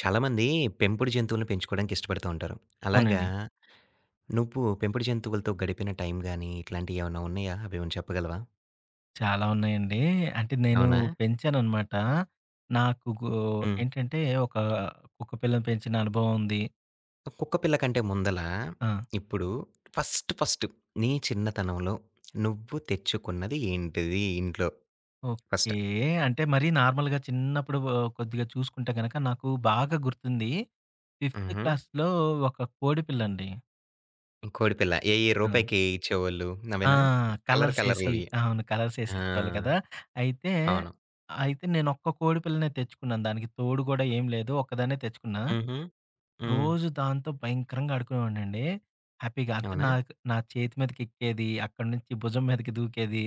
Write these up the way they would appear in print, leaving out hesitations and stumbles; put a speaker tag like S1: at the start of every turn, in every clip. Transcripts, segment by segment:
S1: చాలామంది పెంపుడు జంతువులను పెంచుకోవడానికి ఇష్టపడుతూ ఉంటారు. అలాగా,
S2: అవునండి.
S1: నువ్వు పెంపుడు జంతువులతో గడిపిన టైం గాని, ఇట్లాంటియేమన్నా ఉన్నాయా? అవేమన్నా చెప్పగలవా?
S2: చాలా ఉన్నాయండి. అంటే నేను
S1: అవునా?
S2: పెంచాననమాట. నాకు గో
S1: హ్మ్.
S2: ఏంటంటే ఒక కుక్క పిల్లని పెంచిన అనుభవం ఉంది.
S1: కుక్క పిల్ల కంటే ముందల
S2: ఆ!
S1: ఇప్పుడు ఫస్ట్, నీ చిన్నతనంలో నువ్వు తెచ్చుకున్నది ఏంటిది ఇంట్లో
S2: ఓకే.
S1: ఫస్ట్?
S2: అంటే మరీ నార్మల్‌గా చిన్నప్పుడు కొద్దిగా చూసుకుంటే గనక నాకు బాగా గుర్తుంది. ఫిఫ్త్
S1: హుహు.
S2: క్లాస్‌లో ఒక కోడిపిల్లండి.
S1: కోడి పిల్ల. ఏయి
S2: ఆ!
S1: రూపాయికి ఇచ్చేవోళ్ళు
S2: ఆ!
S1: అవేనా? కలర్
S2: కలర్స్ ఏసి
S1: కలర్‌లవి.
S2: అవును. కలర్స్ ఏసి
S1: ఆ!
S2: ఇచ్చేవాళ్ళు కదా! అయితే,
S1: అవును.
S2: అయితే నేను ఒక్క కోడిపిల్లనే తెచ్చుకున్నాను. దానికి తోడు గూడా ఏం లేదు. ఒక్కదాన్నే తెచ్చుకున్నా.
S1: హుహు. హ్మ్.
S2: రోజు దాంతో భయంకరంగా ఆడుకునేవాడినండి. హ్యాపీగా. అంటే
S1: అవునా?
S2: నాకు నా చేతి మీదకెక్కేది, అక్కడి నుంచి భుజం మీదకి దూకేది.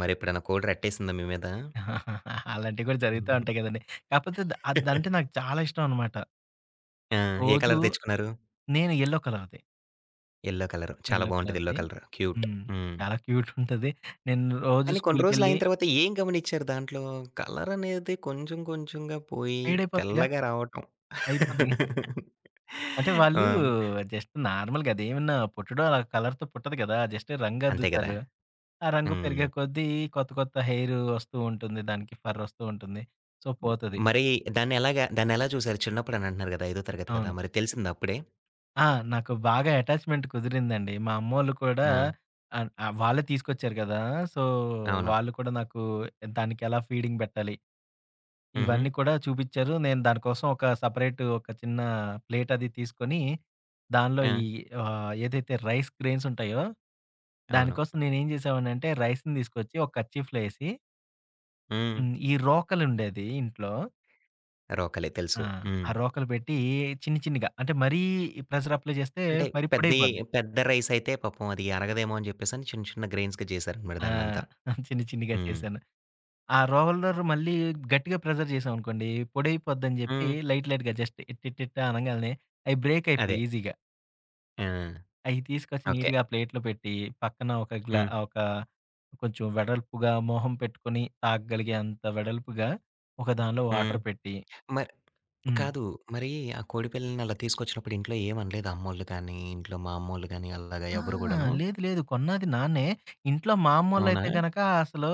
S1: మరెప్పుడన్నా కోడి రట్టేసిందా మీ మీద?
S2: అలాంటివి కూడా జరుగుతా ఉంటాయి కదండీ. కాకపోతే అదంటే నాకు చాలా ఇష్టం అనమాట.
S1: ఆ! ఏ
S2: రోజు
S1: కలర్ తెచ్చుకున్నారు?
S2: నేను యెల్లో కలర్‌ది.
S1: Yellow colour. చాలా
S2: యెల్లో
S1: బావుంటది యెల్లో
S2: కలర్‌ది.
S1: కలర్. క్యూట్.
S2: హ్మ్.
S1: హ్మ్.
S2: చాలా క్యూట్ ఉంటది. నేను రోజు
S1: కానీ కొన్ని
S2: స్కూల్‌కెళ్ళి
S1: రోజులయిన తర్వాత ఏం గమనిచ్చారు దాంట్లో? కలరనేది కొంచెం కొంచెంగా పోయి
S2: ఫేడయిపోద్దిగా.
S1: తెల్లగా రావటం.
S2: అయిపోద్దిగా. అంటే
S1: ఆ!
S2: వాళ్ళు జస్ట్ నార్మల్‌గా అదేమన్నా పుట్టడం అలా కలర్‌తో పుట్టదు కదా! జస్ట్
S1: అంతే గదా!
S2: రంగద్దుతారు. ఆ రంగు
S1: హ్మ్.
S2: పెరిగే కొద్దీ కొత్త కొత్త హెయిర్ వస్తూ ఉంటుంది. దానికి ఫర్ వస్తూ ఉంటుంది. సో,
S1: మ
S2: పోతది.
S1: మరి దాన్నెలాగా దాన్నెలా చూసారు? చిన్నప్పుడని అంటున్నారు గదా! ఐదో తరగతి కదా!
S2: అవును.
S1: మరి తెలిసిందా అప్పుడే?
S2: ఆ! నాకు బాగా అటాచ్‌మెంట్ కుదిరిందండి. మా అమ్మోళ్ళు కూడా
S1: ఆ!
S2: ఆహ్, ఆహ్, వాళ్ళే తీసుకొచ్చారు గదా! సో,
S1: అవును.
S2: వాళ్ళు కూడా నాకు దానికెలా ఫీడింగ్ పెట్టాలి,
S1: హుహు.
S2: ఇవన్నీ కూడా చూపిచ్చారు. నేను దానికోసం ఒక సెపరేట్ ఒక చిన్న ప్లేట్ అది తీసుకొని, దానిలో
S1: ఆ!
S2: ఈ ఏదైతే రైస్ గ్రెయిన్స్ ఉంటాయో,
S1: అవును.
S2: దానికోసం నేనేం జేసేవాడినంటే రైస్‌ని తీసుకొచ్చి ఒక కర్చీఫ్‌లో ఏసి
S1: హ్మ్.
S2: హ్మ్. ఈ రోకలుండేది ఇంట్లో.
S1: రోకలే
S2: ఆ!
S1: తెలుసు. హ్మ్.
S2: ఆ రోకలు పెట్టి చిన్ని చిన్నిగా అంటే మరీ ప్రెషర్ అప్లై చేస్తే
S1: అంటే
S2: మరి
S1: పెద్దయి
S2: పొడైపోద్ది.
S1: పెద్ద రైసయితే పాపం అది అరగదేమో అని జెప్పేసని చిన్న చిన్న గ్రెయిన్స్‌గా జేసారనమాట
S2: ఆ!
S1: దాన్నంతా.
S2: చిన్ని చిన్నిగా
S1: హ్మ్.
S2: చేశాను. ఆ రోలర్ మళ్ళీ గట్టిగా ప్రెషర్ చేశామనుకోండి పొడైపోద్దని చెప్పి
S1: హ్మ్.
S2: లైట్ లైట్‌గా జస్ట్ ఇట్ ఇట్ ఇట్ అనంగాల్నే అయి బ్రేక్
S1: అదే.
S2: అయిపోయాయి ఈజీగా.
S1: ఆ!
S2: అయి తీసుకొచ్చి
S1: ఓకే.
S2: నీట్‌గా ఆ ప్లేట్‌లో పెట్టి పక్కన ఒక
S1: హ్మ్.
S2: ఒక కొంచెం వెడల్పుగా మొహం పెట్టుకొని తాగగలిగే అంత వెడల్పుగా ఒక దానిలో
S1: హ్మ్.
S2: వాటర్ పెట్టి.
S1: మరి
S2: హ్మ్.
S1: కాదు. మరి ఆ కోడి పిల్లని అలా తీసుకొచ్చినప్పుడు ఇంట్లో ఏమనలేదా అమ్మోళ్ళు కానీ, ఇంట్లో మా అమ్మోళ్ళు కానీ అలాగా
S2: ఆ!
S1: ఎవరు గూడాను?
S2: లేదు. లేదు. కొన్నది నాన్నే. ఇంట్లో మా
S1: అవునా?
S2: అమ్మోళ్ళైతే గనక అసలు,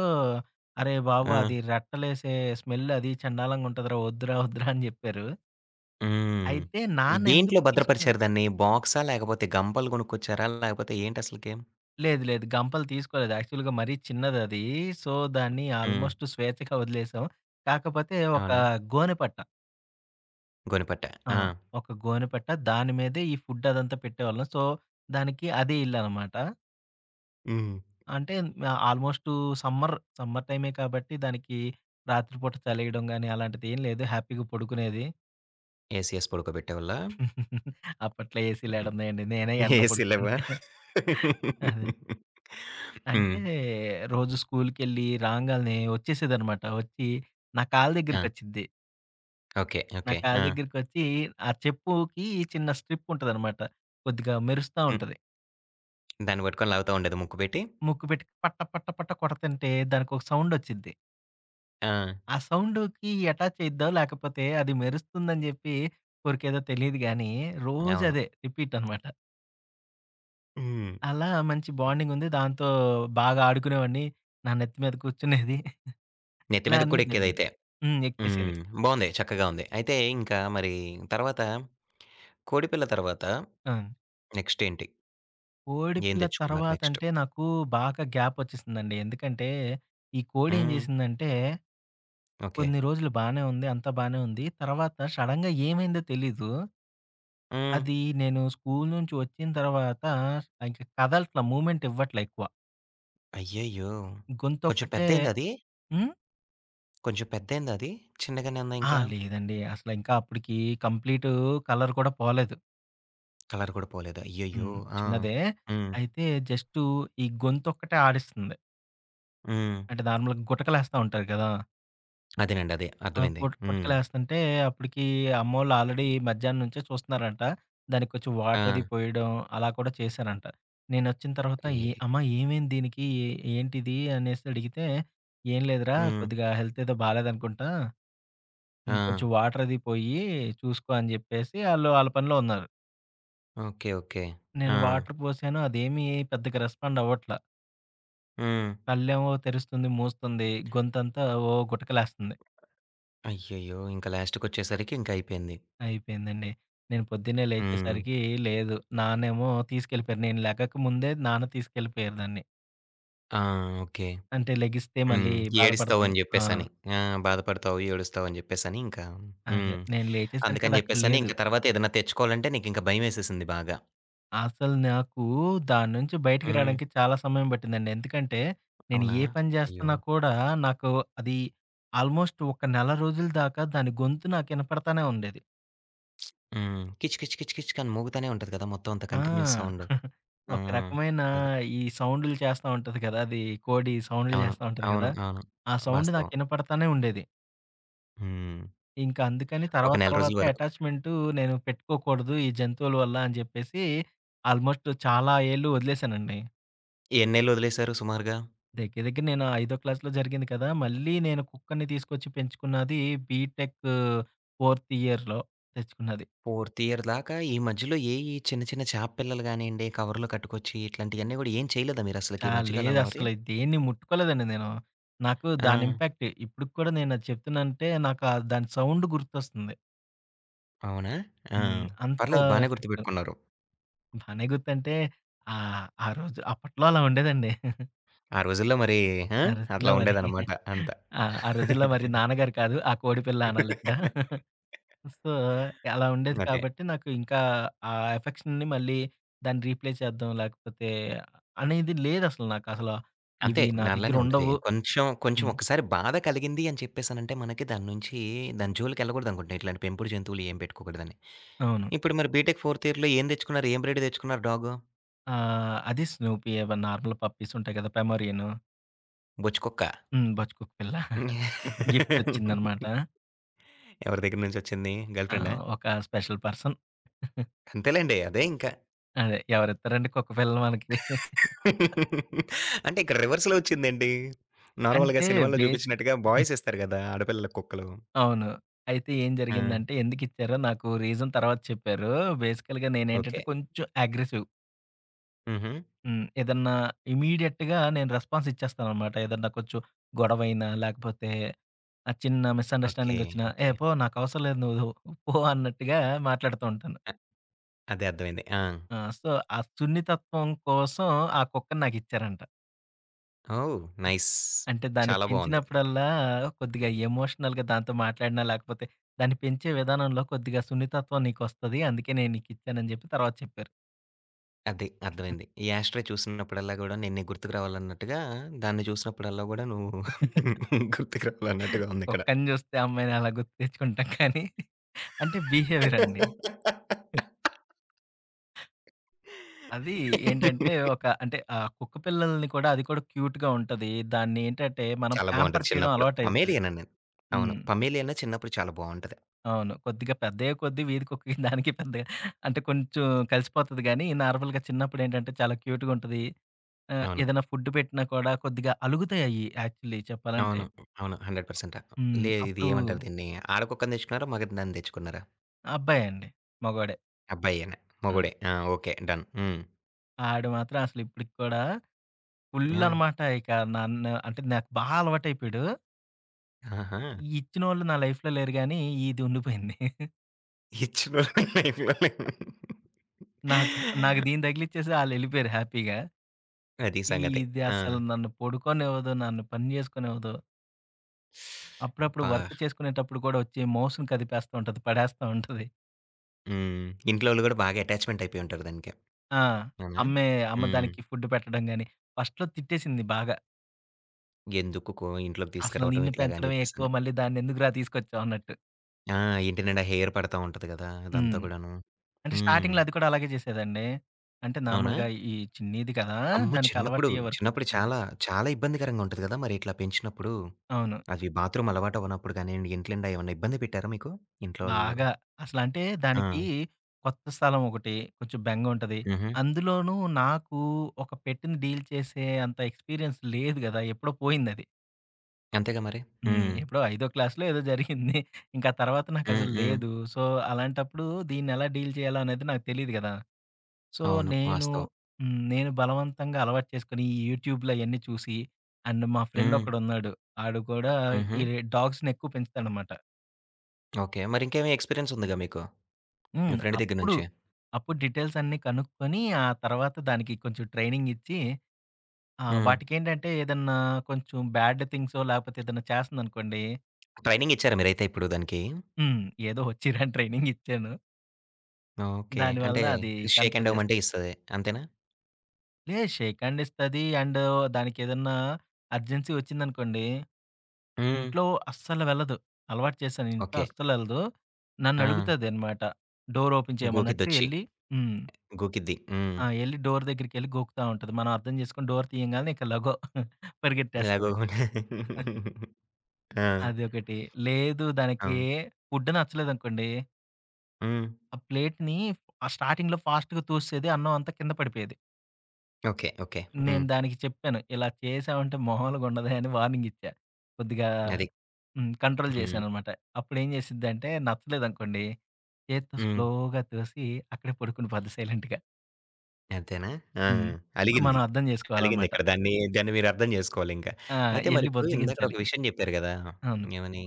S2: "అరేయ్ బాబు!
S1: ఆ!
S2: అది రెట్టలేసే స్మెల్ అది చండాలంగుంటదిరా వద్దురా, వద్దురా" అని జెప్పారు.
S1: హ్మ్.
S2: అయితే
S1: ఈ దేంట్లో
S2: నాన్నెందుకు తీసుకున్నారు.
S1: భద్రపరిచారు దాన్ని? బాక్సా? లేకపోతే గంపలు కొనుక్కొచ్చారా? లేకపోతే ఏంటసలకి?
S2: లేదు. లేదు. గంపలు తీసుకోలేదు. యాక్చువల్‌గా మరీ చిన్నదది. సో, దాన్ని
S1: హ్మ్.
S2: ఆల్మోస్ట్ స్వేచ్ఛగా వదిలేసాం. కాకపోతే ఒక
S1: అవునా?
S2: గోనెపట్ట.
S1: గోనిపట్ట.
S2: ఆ!
S1: ఆ!
S2: ఒక గోనెపట్ట దాని మీదే ఈ ఫుడ్ అదంతా పెట్టేవాళ్ళం. సో, దానికి అదే ఇల్లనమాట.
S1: హ్మ్.
S2: అంటే ఆల్మోస్టు సమ్మర్, సమ్మర్ టైమే కాబట్టి దానికి రాత్రిపూట చలేయడం గాని అలాంటిది ఏం లేదు. హ్యాపీగా పడుకునేది.
S1: ఏసి ఏసి పడుకోబెట్టేవాళ్ళా?
S2: అప్పట్లో ఏసీలు
S1: హ్మ్.
S2: ఏడున్నాయండి. నేనే ఎండలో
S1: ఏసీ
S2: పడుకునే.
S1: లేవా?
S2: అదే.
S1: హ్మ్.
S2: అంటే రోజు స్కూలుకెళ్ళి రాంగాల్నే వచ్చేసేదనమాట. వచ్చి నా కాలు
S1: ఆ!
S2: దగ్గరికొచ్చిద్ది.
S1: ఓకే.
S2: నా
S1: ఓకే.
S2: కాలు
S1: ఆ!
S2: దగ్గరికొచ్చి ఆ చెప్పుకి చిన్న స్ట్రిప్ ఉంటదనమాట. కొద్దిగా మెరుస్తా
S1: హ్మ్.
S2: ఉంటది.
S1: దాన్ని పట్టుకొని లాగుతా ఉండేది ముక్కు పెట్టి.
S2: ముక్కు పెట్టి పట్ట పట్ట పట్ట కొడతంటే దానికొక సౌండొచ్చిద్ది.
S1: ఆ!
S2: ఆ సౌండుకి అటాచ్ చేద్దాం. లేకపోతే అది మెరుస్తుందని జెప్పి ఊరికేదో తెలీదు గానీ,
S1: అవును.
S2: రోజదే రిపీట్ అనమాట.
S1: హ్మ్.
S2: అలా మంచి బాండింగ్ ఉంది. దాంతో బాగా ఆడుకునేవాడిని. నా నెత్తి మీద కూర్చునేది.
S1: నెత్తి
S2: ఇలా
S1: మీదకి
S2: అన్నీ
S1: కూడా
S2: జరిగేది.
S1: ఎక్కేదైతే.
S2: హ్మ్. ఎక్కేసేది.
S1: హ్మ్. బావుంది. చక్కగా ఉంది. అయితే ఇంకా మరి తర్వాత కోడిపిల్ల తర్వాత
S2: ఆ!
S1: నెక్స్ట్ ఏంటి? ఏం
S2: కోడిపిల్ల
S1: తెచ్చుకున్నారు నెక్స్ట్?
S2: తర్వాతంటే నాకు బాగా గ్యాపొచ్చేసిందండి. ఎందుకంటే, ఈ కోడి ఏం
S1: హ్మ్.
S2: జేసిందంటే,
S1: ఓకే.
S2: కొన్ని రోజులు బానే ఉంది. అంతా బానే ఉంది. తర్వాత సడెన్‌గా ఏమైందో తెలీదు.
S1: హ్మ్.
S2: అది నేను స్కూల్ నుంచి వచ్చిన తర్వాత ఇంక కదలట్ల మూవ్‌మెంట్ ఇవ్వట్ల ఎక్కువ.
S1: అయ్యయ్యో! కొంచెం
S2: గొంతొక్కటే.
S1: పెద్దయిందా అది?
S2: హ్మ్.
S1: కొంచెం పెద్దయిందా అది? చిన్నగానే ఉందా
S2: ఆ!
S1: ఇంకా?
S2: లేదండి. అసల ఇంకా అప్పటికి కంప్లీటు కలర్ కూడా పోలేదు.
S1: కలర్ కూడా పోలేదా? అయ్యయ్యో!
S2: హ్మ్.
S1: ఆ!
S2: చిన్నదే.
S1: హ్మ్.
S2: అయితే జస్టు ఈ గొంతొక్కటే ఆడిస్తుంది.
S1: హ్మ్.
S2: అంటే నార్మల్‌గా గుటకలేస్తా ఉంటారు కదా!
S1: అదేనండి. అదే.
S2: ఆ!
S1: అర్థమైంది.
S2: కుట్
S1: హ్మ్.
S2: కుట్టకలేస్తంటే అప్పటికి అమ్మోళ్ళు ఆల్రెడీ మధ్యాహ్నం నుంచే చూస్తున్నారంట. దానికి కొంచెం
S1: ఆ!
S2: వాటర్ అది పోయడం అలా కూడా చేశారంట. నేనొచ్చిన తర్వాత ఏ
S1: అయ్యి
S2: అమ్మ ఏమైంది దీనికి? ఏ ఏంటిది? అనేసి అడిగితే, "ఏం లేదురా
S1: హ్మ్.
S2: కొద్దిగా హెల్త్ ఏదో బాలేదనుకుంటా.
S1: ఆ!
S2: హ్మ్. కొంచెం వాటర్ అది పోయి చూసుకో" అని చెప్పేసి ఆళ్ళు ఆళ్ళ పనిలో ఉన్నారు.
S1: ఓకే. ఓకే.
S2: నేను
S1: ఆ!
S2: వాటర్ పోసాను. అదేమీ పెద్దగా రెస్పాండ్ అవ్వట్ల.
S1: హ్మ్.
S2: కళ్ళేమో తెరుస్తుంది, మూస్తుంది. గొంతంతా ఓ గుటకలేస్తంది.
S1: అయ్యయ్యో! ఇంకా లాస్ట్‌కి వచ్చేసరికి ఇంక లాస్ట్‌కొచ్చేసరికి ఇంకయిపోయింది.
S2: అయిపోయిందండి. నేను పొద్దున్నే
S1: హ్మ్.
S2: లేచేసరికి లేదు. నాన్నేమో తీసుకెళ్ళిపోయారు. నేను లెగక ముందే నాన్న తీసుకెళ్ళిపోయారు దాన్ని.
S1: ఆ! ఓకే.
S2: అంటే లెగిస్తే
S1: హ్మ్.
S2: మళ్ళీ బాధపడతాను.
S1: ఏడుస్తావని
S2: ఆ!
S1: జెప్పేసని. ఆ! బాధపడతావు, ఏడుస్తావని జెప్పేసని ఇంకా
S2: అదే.
S1: హ్మ్.
S2: నేను లేచేసరికి
S1: అందుకని
S2: అదక్కడ
S1: జెప్పేసని
S2: లేదు.
S1: ఇంక తర్వాత ఏదన్నా తెచ్చుకోవాలంటే నీకింక భయమేసేసింది బాగా.
S2: అసలు నాకు దాని నుంచి బయటికి
S1: హ్మ్.
S2: రాడానికి చాలా సమయం పట్టిందండి. ఎందుకంటే నేను
S1: అవునా?
S2: ఏ పని
S1: అయ్యో!
S2: జేస్తున్నా కూడా నాకు అది ఆల్మోస్ట్ ఒక నెల రోజుల దాకా దాని గొంతు నాకు ఇనపడతానే ఉండేది.
S1: హ్మ్. కిచ్ కిచ్ కిచ్ కిచ్ అని మోగుతానే ఉంటది కదా! మొత్తం అంతా
S2: ఆ!
S1: Continuous sound. ఆ!
S2: ఒక రకమైన
S1: అది.
S2: ఈ సౌండులు చేస్తా ఉంటది కదా! అది కోడి సౌండులు
S1: అవును.
S2: చేస్తా ఉంటది
S1: అవును.
S2: కదా!
S1: అవును.
S2: ఆ సౌండ్
S1: వాస్తవం.
S2: నాకినపడతానే ఉండేది.
S1: హ్మ్.
S2: ఇంకా అందుకని
S1: ఒక
S2: తర్వాత
S1: నెల
S2: తర్వాత
S1: రోజుల వరకు.
S2: అటాచ్‌మెంటు నేను పెట్టుకోకూడదు ఈ జంతువుల వల్ల అని చెప్పేసి ఆల్మోస్ట్ చాలా ఏళ్ళు వదిలేసానండి.
S1: ఎన్నేళ్లు వదిలేశారు సుమారుగా?
S2: దగ్గర దగ్గర నేను ఐదో క్లాస్‌లో జరిగింది కదా! మళ్ళీ నేను కుక్కని తీసుకొచ్చి పెంచుకున్నది బీటెక్ ఫోర్త్ ఇయర్‌లో తెచ్చుకున్నది.
S1: 4థ్ ఇయర్ దాకా ఈ మధ్యలో ఏ ఈ చిన్న చిన్న చేప పిల్లలు గానియండి, కవర్‌లో కట్టుకొచ్చి ఇట్లాంటియన్నీ గూడా ఏం చేయలేదా మీరసలకి
S2: ఆ!
S1: ఈ మధ్య కాలంలో మరి?
S2: లేదసలు దేన్ని ముట్టుకోలేదండి నేను. నాకు
S1: ఆ!
S2: దాని ఇంపాక్ట్ ఇప్పటికి కూడా నేనది చెప్తున్నానంటే నాకు ఆ దాని సౌండ్ గుర్తొస్తుంది.
S1: అవునా? ఆ!
S2: హ్మ్. అంత
S1: పర్లేదు బానే
S2: ఎఫెక్ట్.
S1: గుర్తుపెట్టుకున్నారు.
S2: భలే గుర్తంటే ఆ రోజు అప్పట్లో అలా ఉండేదండి.
S1: ఆ రోజుల్లో మరి ఆ!
S2: ఆ రోజుల్లో
S1: అట్లా
S2: మరి.
S1: ఉండేదనమాట అంతా.
S2: ఆ! ఆ రోజుల్లో మరి నాన్నగారు కాదు, ఆ కోడిపిల్ల అనాలిక్కడ. సో, అలా ఉండేది
S1: అదే.
S2: కాబట్టి నాకు ఇంకా ఆ ఎఫెక్షన్‌ని మళ్ళీ దాన్ని రీప్లే చేద్దాం లేకపోతే అనేది లేదసలు నాకు అసల.
S1: అంతే.
S2: ఇవి నా దగ్గర
S1: అలానే ఉంటది.
S2: ఉండవు.
S1: కొంచెం, కొంచెం
S2: హ్మ్.
S1: ఒక్కసారి బాధ కలిగింది అని చెప్పేసనంటే మనకి దాని నుంచి దాని జోలికెళ్ళకూడదనుకుంటా. ఇట్లాంటి పెంపుడు జంతువులు ఏం పెట్టుకోకూడదని.
S2: అవును.
S1: ఇప్పుడు మరి బీటెక్ 4థ్ ఇయర్‌లో ఏం తెచ్చుకున్నారు? ఏం బ్రీడ్ తెచ్చుకున్నారు డాగు?
S2: ఆ! అది స్నూపీ ఏవో నార్మల్ పప్పీస్ ఉంటాయి కదా! పెమోరియను.
S1: బొచ్చుకుక్క.
S2: హ్మ్. బచ్‌కుక్ పిల్ల. గిఫ్ట్ వచ్చిందనమాట.
S1: ఎవరి దగ్గర నుంచొచ్చింది? గర్ల్
S2: ఆ!
S1: ఫ్రెండా?
S2: ఒక స్పెషల్ పర్సన్.
S1: అంతేలెండి. అదే ఇంకా.
S2: అదే ఎవరిస్తారండి కుక్క పిల్లలు మనకి.
S1: అంటే ఇక్కడ రివర్స్‌లో వచ్చిందేంటి? నార్మల్‌గా
S2: అంటే
S1: సినిమాల్లో
S2: బేసిక్
S1: చూపించినట్టుగా బాయ్స్ ఇస్తారు గదా! ఆడపిల్లలకి కుక్కలు.
S2: అవును. అయితే ఏం
S1: ఆ!
S2: జరిగిందంటే ఎందుకిచ్చారో నాకు రీజన్ తర్వాత చెప్పారు. బేసికల్‌గా నేనేంటంటే
S1: ఓకే.
S2: కొంచెం అగ్రెసివ్.
S1: హుహు.
S2: హ్మ్. ఏదన్నా ఇమ్మీడియేట్‌గా నేను రెస్పాన్స్ ఇచ్చేస్తాననమాట. ఏదన్నా కొంచెం గొడవైనా, లేకపోతే ఆ చిన్న
S1: ఓకే.
S2: మిస్‌అండర్‌స్టాండింగ్ వచ్చినా, "ఏ
S1: ఓకే.
S2: పో నాకవసరం లేదు నువ్వు పో" అన్నట్టుగా మాట్లాడుతూ ఉంటాను.
S1: అ అదే అర్థమైంది. ఆ!
S2: ఆ! సో, ఆ సున్నితత్వం కోసం ఆ కుక్కని నాకిచ్చారంట.
S1: ఓహ్! నైస్.
S2: అంటే దాన్ని
S1: చాలా బావుంది.
S2: పెంచినప్పుడల్లా కొద్దిగా ఎమోషనల్‌గా దాంతో మాట్లాడినా, లేకపోతే దాన్ని పెంచే విధానంలో కొద్దిగా సున్నితత్వం నీకొస్తది. అందుకే నేను నీకిచ్చానని జెప్పి తర్వాత చెప్పారు.
S1: అది అర్థమైంది. ఈ 'యాష్‌ట్రే' చూసినప్పుడల్లా గూడా నేను నీకు గుర్తుకు రావాలన్నట్టుగా, దాన్ని చూసినప్పుడల్లా గూడా నువ్వు గుర్తుకు రావాలన్నట్టుగా ఉందిక్కడ.
S2: కుక్కని జూస్తే అమ్మాయిని అలా గుర్తు తెచ్చుకుంటాం కానీ, అంటే బిహేవియర్ అండి. అది ఏంటంటే ఒక అంటే ఆ కుక్క పిల్లల్ని కూడా అది కూడా క్యూట్‌గా ఉంటది. దాన్ని ఏంటంటే మనం
S1: చాలా
S2: ప్యాంపర్
S1: బావుంటది
S2: చేయడం
S1: చిన్నప్పుడు.
S2: అలవాటయితది.
S1: 'పమేలియన్' అని. అవును.
S2: హ్మ్.
S1: 'పమేలియన్' చిన్నప్పుడు చాలా బావుంటది.
S2: అవును. కొద్దిగా పెద్దయ్యే కొద్దీ వీధి కుక్కకి దానికి పెద్దగా అంటే కొంచెం కలిసిపోతది గానీ, నార్మల్‌గా చిన్నప్పుడేంటంటే చాలా క్యూట్‌గా ఉంటది.
S1: అవును.
S2: ఏదైనా ఫుడ్ పెట్టినా కూడా కొద్దిగా అలుగుతాయి అయి యాక్చువల్లీ చెప్పాలంటే.
S1: అవును. అవును. 100%
S2: హ్మ్.
S1: లే ఇది
S2: అప్పుడు
S1: ఏమంటారు దీన్ని? ఆడకుక్కని తెచ్చుకున్నారా? మగదాన్ని తెచ్చుకున్నారా?
S2: అబ్బాయే అండి. మగవాడే.
S1: అబ్బాయేనా?
S2: ఆ!
S1: మొగుడే. ఆ! ఓకే. డన్. హ్మ్.
S2: ఆడు మాత్రం అసలు ఇప్పటికి కూడా ఫుల్
S1: ఆ!
S2: అనమాట. ఇక నన్ను అంటే నాకు బాగా అలవాటయిపోయాడు.
S1: ఆహా!
S2: ఇచ్చినోళ్ళు నా లైఫ్‌లో లేరు గానీ, ఇది ఉండిపోయింది.
S1: ఇచ్చినోళ్ళే లైఫ్‌లోనే.
S2: నాకు నాకు దీన్ని తగిలిచ్చేసి ఆళ్ళెళ్ళిపోయారు హ్యాపీగా.
S1: అది సంగతి.
S2: ఇది
S1: ఆ!
S2: అసలు నన్ను పడుకోనివ్వదు, నన్ను పని జేసుకోనివ్వదు. అప్పుడప్పుడు
S1: అబ్బా!
S2: వర్క్ చేసుకునేటప్పుడు కూడా వచ్చి మౌస్‌ని కదిపేస్తా ఉంటది, పడేస్తా ఉంటది.
S1: హ్మ్. ఇంట్లోళ్ళు గూడా బాగా అటాచ్‌మెంట్ అయిపోయి ఉంటారు దానికి.
S2: ఆ!
S1: అవునా?
S2: అమ్మే అమ్మ
S1: హ్మ్.
S2: దానికి ఫుడ్ పెట్టడం గాని, ఫస్ట్‌లో తిట్టేసింది బాగా.
S1: ఎందుకు కో ఇంట్లోకి
S2: అసలు
S1: తీసుకురావటం
S2: నిన్ను
S1: ఇట్లాగా అని
S2: పెంచడమే ఎక్కువ,
S1: చెప్పేసని.
S2: మళ్ళీ దాన్నెందుకురా తీసుకొచ్చావు అన్నట్టు.
S1: ఆ! ఇంటి నిండా హెయిర్ పడతా ఉంటది గదా!
S2: హ్మ్.
S1: అదంతా గూడాను.
S2: అంటే
S1: హ్మ్.
S2: స్టార్టింగ్‌లో అది కూడా అలాగే చేసేదండి. అంటే
S1: అవునా?
S2: నార్మల్‌గా ఈ చిన్నీది కదా!
S1: అమ్మో!
S2: దానికి
S1: చిన్నప్పుడు,
S2: అలవాటయ్యే వరకు.
S1: చిన్నప్పుడు
S2: హ్మ్.
S1: చాలా, చాలా ఇబ్బందికరంగా ఉంటది గదా! మరి ఇట్లా పెంచినప్పుడు.
S2: అవును.
S1: అవి బాత్రూమ్ అలవాటు అవ్వనప్పుడు గానియండి, ఇంటి నిండా ఏమన్నా ఇబ్బంది పెట్టారా మీకు? ఇంట్లో వాళ్ళు?
S2: బాగా. అసలంటే
S1: ఆ!
S2: దానికి కొత్త స్థలం ఒకటి, కొంచెం బెంగుంటది.
S1: హుహు.
S2: అందులోనూ నాకు ఒక పెట్‌ని డీల్ చేసే అంత ఎక్స్‌పీరియన్స్ లేదు గదా! ఎప్పుడో పోయిందది.
S1: అంతేగా మరి.
S2: హ్మ్.
S1: హ్మ్.
S2: ఎప్పుడో ఐదో క్లాస్‌లో ఏదో జరిగింది. ఇంకా తర్వాత
S1: హ్మ్.
S2: నాకసలు
S1: హ్మ్.
S2: లేదు. సో, అలాంటప్పుడు దీన్నెలా డీల్ చేయాలో అనేది నాకు తెలీదు గదా! సో,
S1: అవును.
S2: నేను
S1: వాస్తవం.
S2: నేను బలవంతంగా అలవాటు చేసుకొని ఈ యూట్యూబ్‌లో అయన్నీ చూసి అండ్ మా ఫ్రెండ్
S1: హ్మ్.
S2: ఒకడున్నాడు. ఆడు కూడా
S1: హుహు.
S2: ఈ డాగ్స్‌ని ఎక్కువ పెంచుతాడనమాట.
S1: ఓకే. మరింకేమి ఎక్స్‌పీరియన్స్ ఉందిగా మీకు? మీ
S2: హ్మ్.
S1: ఫ్రెండ్ దగ్గర
S2: అప్పుడు,
S1: నుంచి.
S2: అప్పుడు డీటెయిల్స్ అన్నీ కనుక్కొని, ఆ తర్వాత దానికి కొంచెం ట్రైనింగ్ ఇచ్చి,
S1: హ్మ్.
S2: వాటికేంటంటే ఏదన్నా కొంచెం బ్యాడ్ థింగ్సో, లేకపోతే ఏదన్నా చేస్తందనుకోండి.
S1: ట్రైనింగ్ ఇచ్చారా మీరైతే ఇప్పుడు దానికి?
S2: హ్మ్. ఏదో వచ్చిరాని ట్రైనింగ్ ఇచ్చాను.
S1: ఓకే.
S2: దానివల్ల
S1: అంటే
S2: అది
S1: షేక్ హ్యాండ్
S2: కంట్రోల్
S1: ఇవ్వమంటే
S2: చేస్తుంది.
S1: ఇస్తది. అంతేనా?
S2: లేదు షేక్ హ్యాండ్ ఇస్తది. అండ్ దానికేదన్నా అర్జెన్సీ వచ్చిందనుకోండి,
S1: హ్మ్.
S2: ఇంట్లో అస్సలు వెళ్ళదు. అలవాటు చేశాను. ఇంట్లో
S1: ఓకే.
S2: అస్సలెళ్ళదు.
S1: ఆ!
S2: నన్నడుగుతదనమాట. డోర్ ఓపెన్ చేయమన్నట్టు
S1: గోకిద్దొచ్చి.
S2: ఎళ్లి. హ్మ్.
S1: గోకిద్ది. హ్మ్.
S2: ఆ! ఎళ్లి డోర్ దగ్గరికెళ్లి గోకుతా ఉంటది. మనం అర్థం చేసుకొని డోర్ తీయంగాల్నే ఇక లగో
S1: ఇలా
S2: పరిగెత్తేస్తది.
S1: గోకుం ఆ!
S2: అదొకటి. లేదు దానికి
S1: అవును.
S2: ఫుడ్ నచ్చలేదనుకోండి,
S1: హ్మ్.
S2: ఆ ప్లేట్‌ని ఆ స్టార్టింగ్‌లో ఫాస్ట్‌గా తూసేది. అన్నం అంతా కింద పడిపోయేది.
S1: ఓకే. ఓకే.
S2: నేను
S1: హ్మ్.
S2: దానికి చెప్పాను. ఇలా చేశావంటే మామూలుగా ఉండదే అని వార్నింగ్ ఇచ్చా. కొద్దిగా
S1: అది.
S2: హ్మ్. కంట్రోల్
S1: హ్మ్.
S2: చేశాననమాట. అప్పుడేం చేసిద్దంటే నచ్చలేదనుకోండి, చేత్తో
S1: హ్మ్.
S2: స్లోగా తోసి అక్కడే పడుకుని పోద్ది సైలెంట్‌గా.
S1: అంతేనా? ఆ!
S2: హ్మ్. అప్పుడు మనం
S1: అలిగింది.
S2: అర్థం చేసుకోవాలనమాట.
S1: అలిగిందిక్కడ. దాన్ని మీరర్థం జేసుకోవాలింక.
S2: ఆ!
S1: అయితే
S2: ఎళ్లి
S1: మరిప్పుడు ఇందాకడ
S2: బుజ్జగించాలి.
S1: ఒక విషయం జెప్పారు గదా!
S2: అవును.
S1: ఏమని?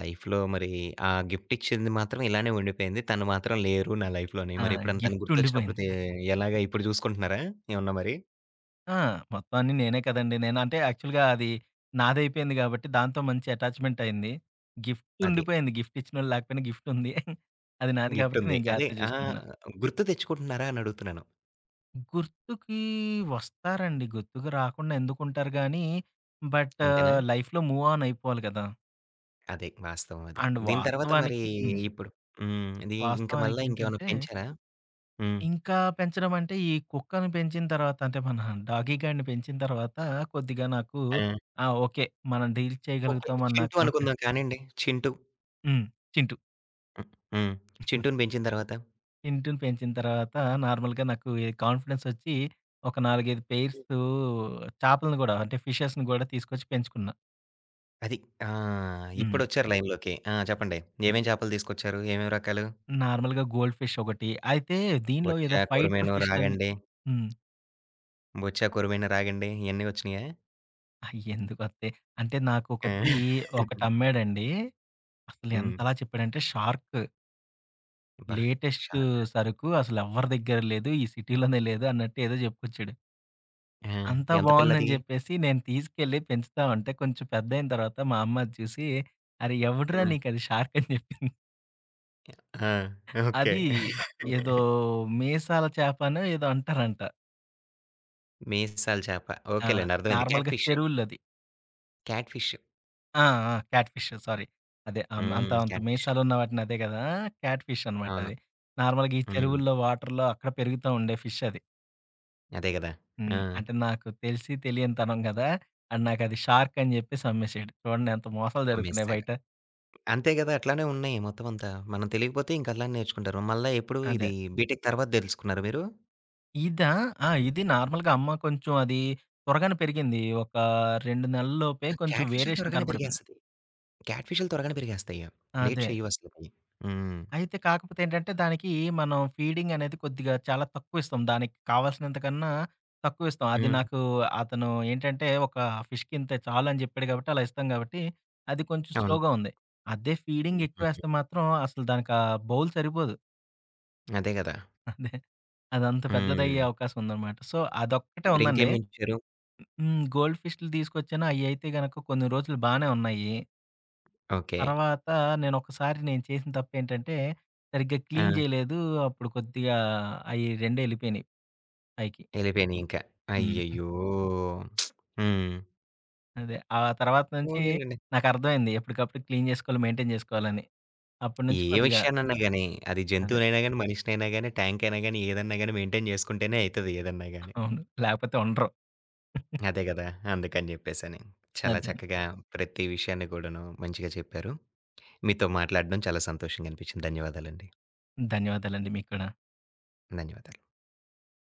S1: లైఫ్‌లో మరి ఆ గిఫ్ట్ ఇచ్చింది మాత్రం ఇలానే ఉండిపోయింది. తను మాత్రం లేరు నా లైఫ్‌లోని.
S2: ఆ!
S1: మరెప్పుడన్నా తను
S2: గిఫ్ట్
S1: గుర్తొచ్చినప్పుడు తే
S2: ఉండిపోయింది.
S1: ఎలాగ ఇప్పుడు జూసుకుంటున్నారా ఏమన్నా మరి?
S2: ఆ! మొత్తం అన్నీ నేనే కదండీ. నేను అంటే యాక్చువల్‌గా అది నాదైపోయింది గాబట్టి దాంతో మంచి అటాచ్‌మెంట్ అయింది. గిఫ్ట్
S1: అది.
S2: ఉండిపోయింది. గిఫ్ట్ ఇచ్చినోళ్ళు లేకపోయినా గిఫ్ట్ ఉంది. అది నాది కాబట్టి
S1: గిఫ్టుంది.
S2: నేను
S1: అదే
S2: జాగ్రత్తగా
S1: ఆ!
S2: జూసుకుంటున్నా.
S1: గుర్తు తెచ్చుకుంటున్నారా అనడుగుతున్నాను.
S2: గుర్తుకి వస్తారండి. గుర్తుకు రాకుండా ఎందుకుంటారు గానీ, బట్
S1: అంతేనా?
S2: లైఫ్‌లో మూవ్ ఆన్ అయిపోవాలి గదా!
S1: అదే. వాస్తవం అది.
S2: అండ్
S1: దీని హ్మ్. తర్వాత మరీ
S2: వాస్తవానికి హ్మ్.
S1: ఇప్పుడు హ్మ్. ఇది ఇంక మళ్ళా ఇంకేమన్నా
S2: వాస్తవానికేంటంటే
S1: పెంచారా? హ్మ్.
S2: ఇంకా పెంచడం అంటే, ఈ కుక్కని పెంచిన తర్వాత అంటే మన డాగీ గాడిని పెంచిన తర్వాత కొద్దిగా నాకు
S1: ఆ!
S2: ఆ! ఓకే. మనం డీల్
S1: ఓకే.
S2: చేయగలుగుతాం అన్న
S1: 'చింటూ'
S2: కాన్ఫిడెన్స్.
S1: అనుకుందాం కానియండి. 'చింటూ'
S2: హ్మ్. చింటూ.
S1: హ్మ్. హ్మ్. 'చింటూ'ని పెంచిన తర్వాత
S2: చింటూని పెంచిన తర్వాత నార్మల్‌గా నాకు ఈ కాన్ఫిడెన్స్ ఒచ్చి ఒక 4, 5 పెయిర్స్
S1: హ్మ్.
S2: చేపలను గూడా అంటే ఫిషెస్‌ని గూడా తీసుకొచ్చి పెంచుకున్నా.
S1: అది. ఆ!
S2: హ్మ్.
S1: ఇప్పుడొచ్చారు లైన్‌లోకి. ఆ! చెప్పండి. ఏమేం చేపలు తీసుకొచ్చారు? ఏమేం రకాలు?
S2: నార్మల్‌గా గోల్డ్ ఫిష్ ఒకటి. అయితే దీనిలో
S1: బొచ్చ,
S2: ఏదో ఫైటర్
S1: కొరమేను,
S2: ఫిష్‌లని.
S1: రాగండి.
S2: హ్మ్.
S1: బొచ్చ, కొరమేను, రాగండి ఇయన్నీ వచ్చినియా?
S2: అయి ఎందుకొత్తయి? అంటే
S1: ఆ!
S2: నాకొకటి ఒకటమ్మాడండి. అసలు
S1: హ్మ్.
S2: ఎంతలా చెప్పాడంటే షార్క్
S1: అబ్బా!
S2: లేటెస్టు
S1: షార్క్
S2: సరుకు అసలెవ్వరి దగ్గర లేదు. ఈ సిటీలోనే లేదు అన్నట్టు ఏదో జెప్పుకొచ్చాడు.
S1: ఆ!
S2: అంతా
S1: ఎంత
S2: బావుందని
S1: పిల్లది?
S2: జెప్పేసి నేను తీసుకెళ్ళి పెంచుతా ఉంటే కొంచెం పెద్దయిన తర్వాత మా అమ్మ అది చూసి, "అరే! ఎవడురా
S1: ఆ!
S2: నీకది షార్క్" అని జెప్పింది.
S1: ఆ! ఓకే.
S2: అది ఏదో మీసాల చేపనో ఏదో అంటారంట.
S1: మీసాల చేప.
S2: ఆ!
S1: ఓకేలేండి. అర్థమైంది. క్యాట్
S2: నార్మల్‌గా
S1: ఫిష్.
S2: చెరువుల్లోది.
S1: Cat fish.
S2: ఆ! ఆ! Cat fish sorry. అదే అంత
S1: హ్మ్.
S2: అంత
S1: క్యాట్ ఫిష్.
S2: మీసాలున్న వాటిని అదే గదా! క్యాట్ ఫిష్ అనమాట
S1: అవును.
S2: అది. నార్మల్‌గా ఈ
S1: హ్మ్.
S2: చెరువుల్లో, వాటర్‌లో అక్కడ పెరుగుతా ఉండే ఫిష్ అది.
S1: అదే గదా! ఆ!
S2: హ్మ్. అంటే నాకు తెలిసి తెలియని తనం గదా! అండ్ నాకది షార్క్ అని జెప్పేసి అమ్మేసాడు. చూడండి ఎంత మోసాలు జరుగుతున్నాయి
S1: అమ్మేస్తారు.
S2: బయట.
S1: అంతే గదా! అట్లానే ఉన్నాయి మొత్తం అంతా. మనం తెలియకపోతే ఇంక అలానే నేర్చుకుంటారు. మళ్ళా ఎప్పుడు
S2: అదే.
S1: ఇది బీటెక్ తర్వాత తెలుసుకున్నారా మీరు?
S2: ఇదా? ఆ! ఇది నార్మల్‌గా అమ్మ కొంచెం అది త్వరగానే పెరిగింది. ఒక 2 నెలల్లోపే
S1: ఆ!
S2: కొంచెం
S1: క్యాట్ ఫిష్‌లు
S2: వేరియేషన్
S1: త్వరగానే
S2: కనపడిపోయింది.
S1: పెరిగేస్తది. క్యాట్ ఫిష్‌లు త్వరగానే పెరిగేస్తాయి. లేట్
S2: అదే.
S1: చెయ్యవు అసలకి. హ్మ్.
S2: అయితే కాకపోతే ఏంటంటే, దానికి మనం ఫీడింగ్ అనేది కొద్దిగా చాలా తక్కువిస్తాం. దానికి కావాల్సినంత కన్నా తక్కువిస్తాం. అది
S1: హ్మ్.
S2: నాకు అతను ఏంటంటే, ఒక ఫిష్‌కి ఇంతే చాలని చెప్పాడు కాబట్టి, అలా ఇస్తాం కాబట్టి, అది కొంచెం
S1: అవును.
S2: స్లోగా ఉంది. అదే ఫీడింగ్
S1: హుహుహు.
S2: ఎక్కువేస్తే మాత్రం అసలు దానికా బౌల్ సరిపోదు.
S1: అదే గదా!
S2: అదే. అదంత పెద్దదయ్యే
S1: హ్మ్.
S2: అవకాశం ఉందనమాట. సో, అదొక్కటే ఉందండి.
S1: మరింకేమిచ్చారు?
S2: హ్మ్. గోల్డ్ ఫిష్‌లు తీసుకొచ్చాను. అయ్యయితే గనక కొన్ని రోజులు బానే ఉన్నాయి.
S1: ఓకే.
S2: తర్వాత నేను చేసిన తప్పేంటంటే, సరిగ్గా
S1: ఆ!
S2: క్లీన్ జేయలేదు. అప్పుడు కొద్దిగా అయి 2 ఎళ్ళిపోయినియి పైకి.
S1: ఎళ్ళిపోయినియింకా.
S2: హ్మ్.
S1: అయ్యయ్యో! హ్మ్.
S2: అదే. ఆ తర్వాత నుంచి
S1: పోనీలెండి.
S2: నాకర్థమైంది. ఎప్పటికప్పుడు క్లీన్ జేసుకోవాలి, మెయింటైన్ జేసుకోవాలని. అప్పటి
S1: ఏ
S2: నుంచి కొద్దిగా
S1: విషయాన్నైనా గాని, అది
S2: అదే.
S1: జంతువునైనా గాని, మనిషినైనా గాని, ట్యాంక్ అయినా గాని, ఏదన్నా గాని మెయింటైన్ చేసుకుంటేనే అయితది ఏదన్నా గాని.
S2: అవును. లేపోతే ఉండరు.
S1: అదే గదా! అందుకని జెప్పేసని. చాలా
S2: అదే.
S1: చక్కగా ప్రతి విషయాన్ని కూడాను మంచిగా చెప్పారు. మీతో మాట్లాడడం చాలా సంతోషంగా అనిపించింది. ధన్యవాదాలండి.
S2: ధన్యవాదాలండి మీకు కూడా.
S1: ధన్యవాదాలు.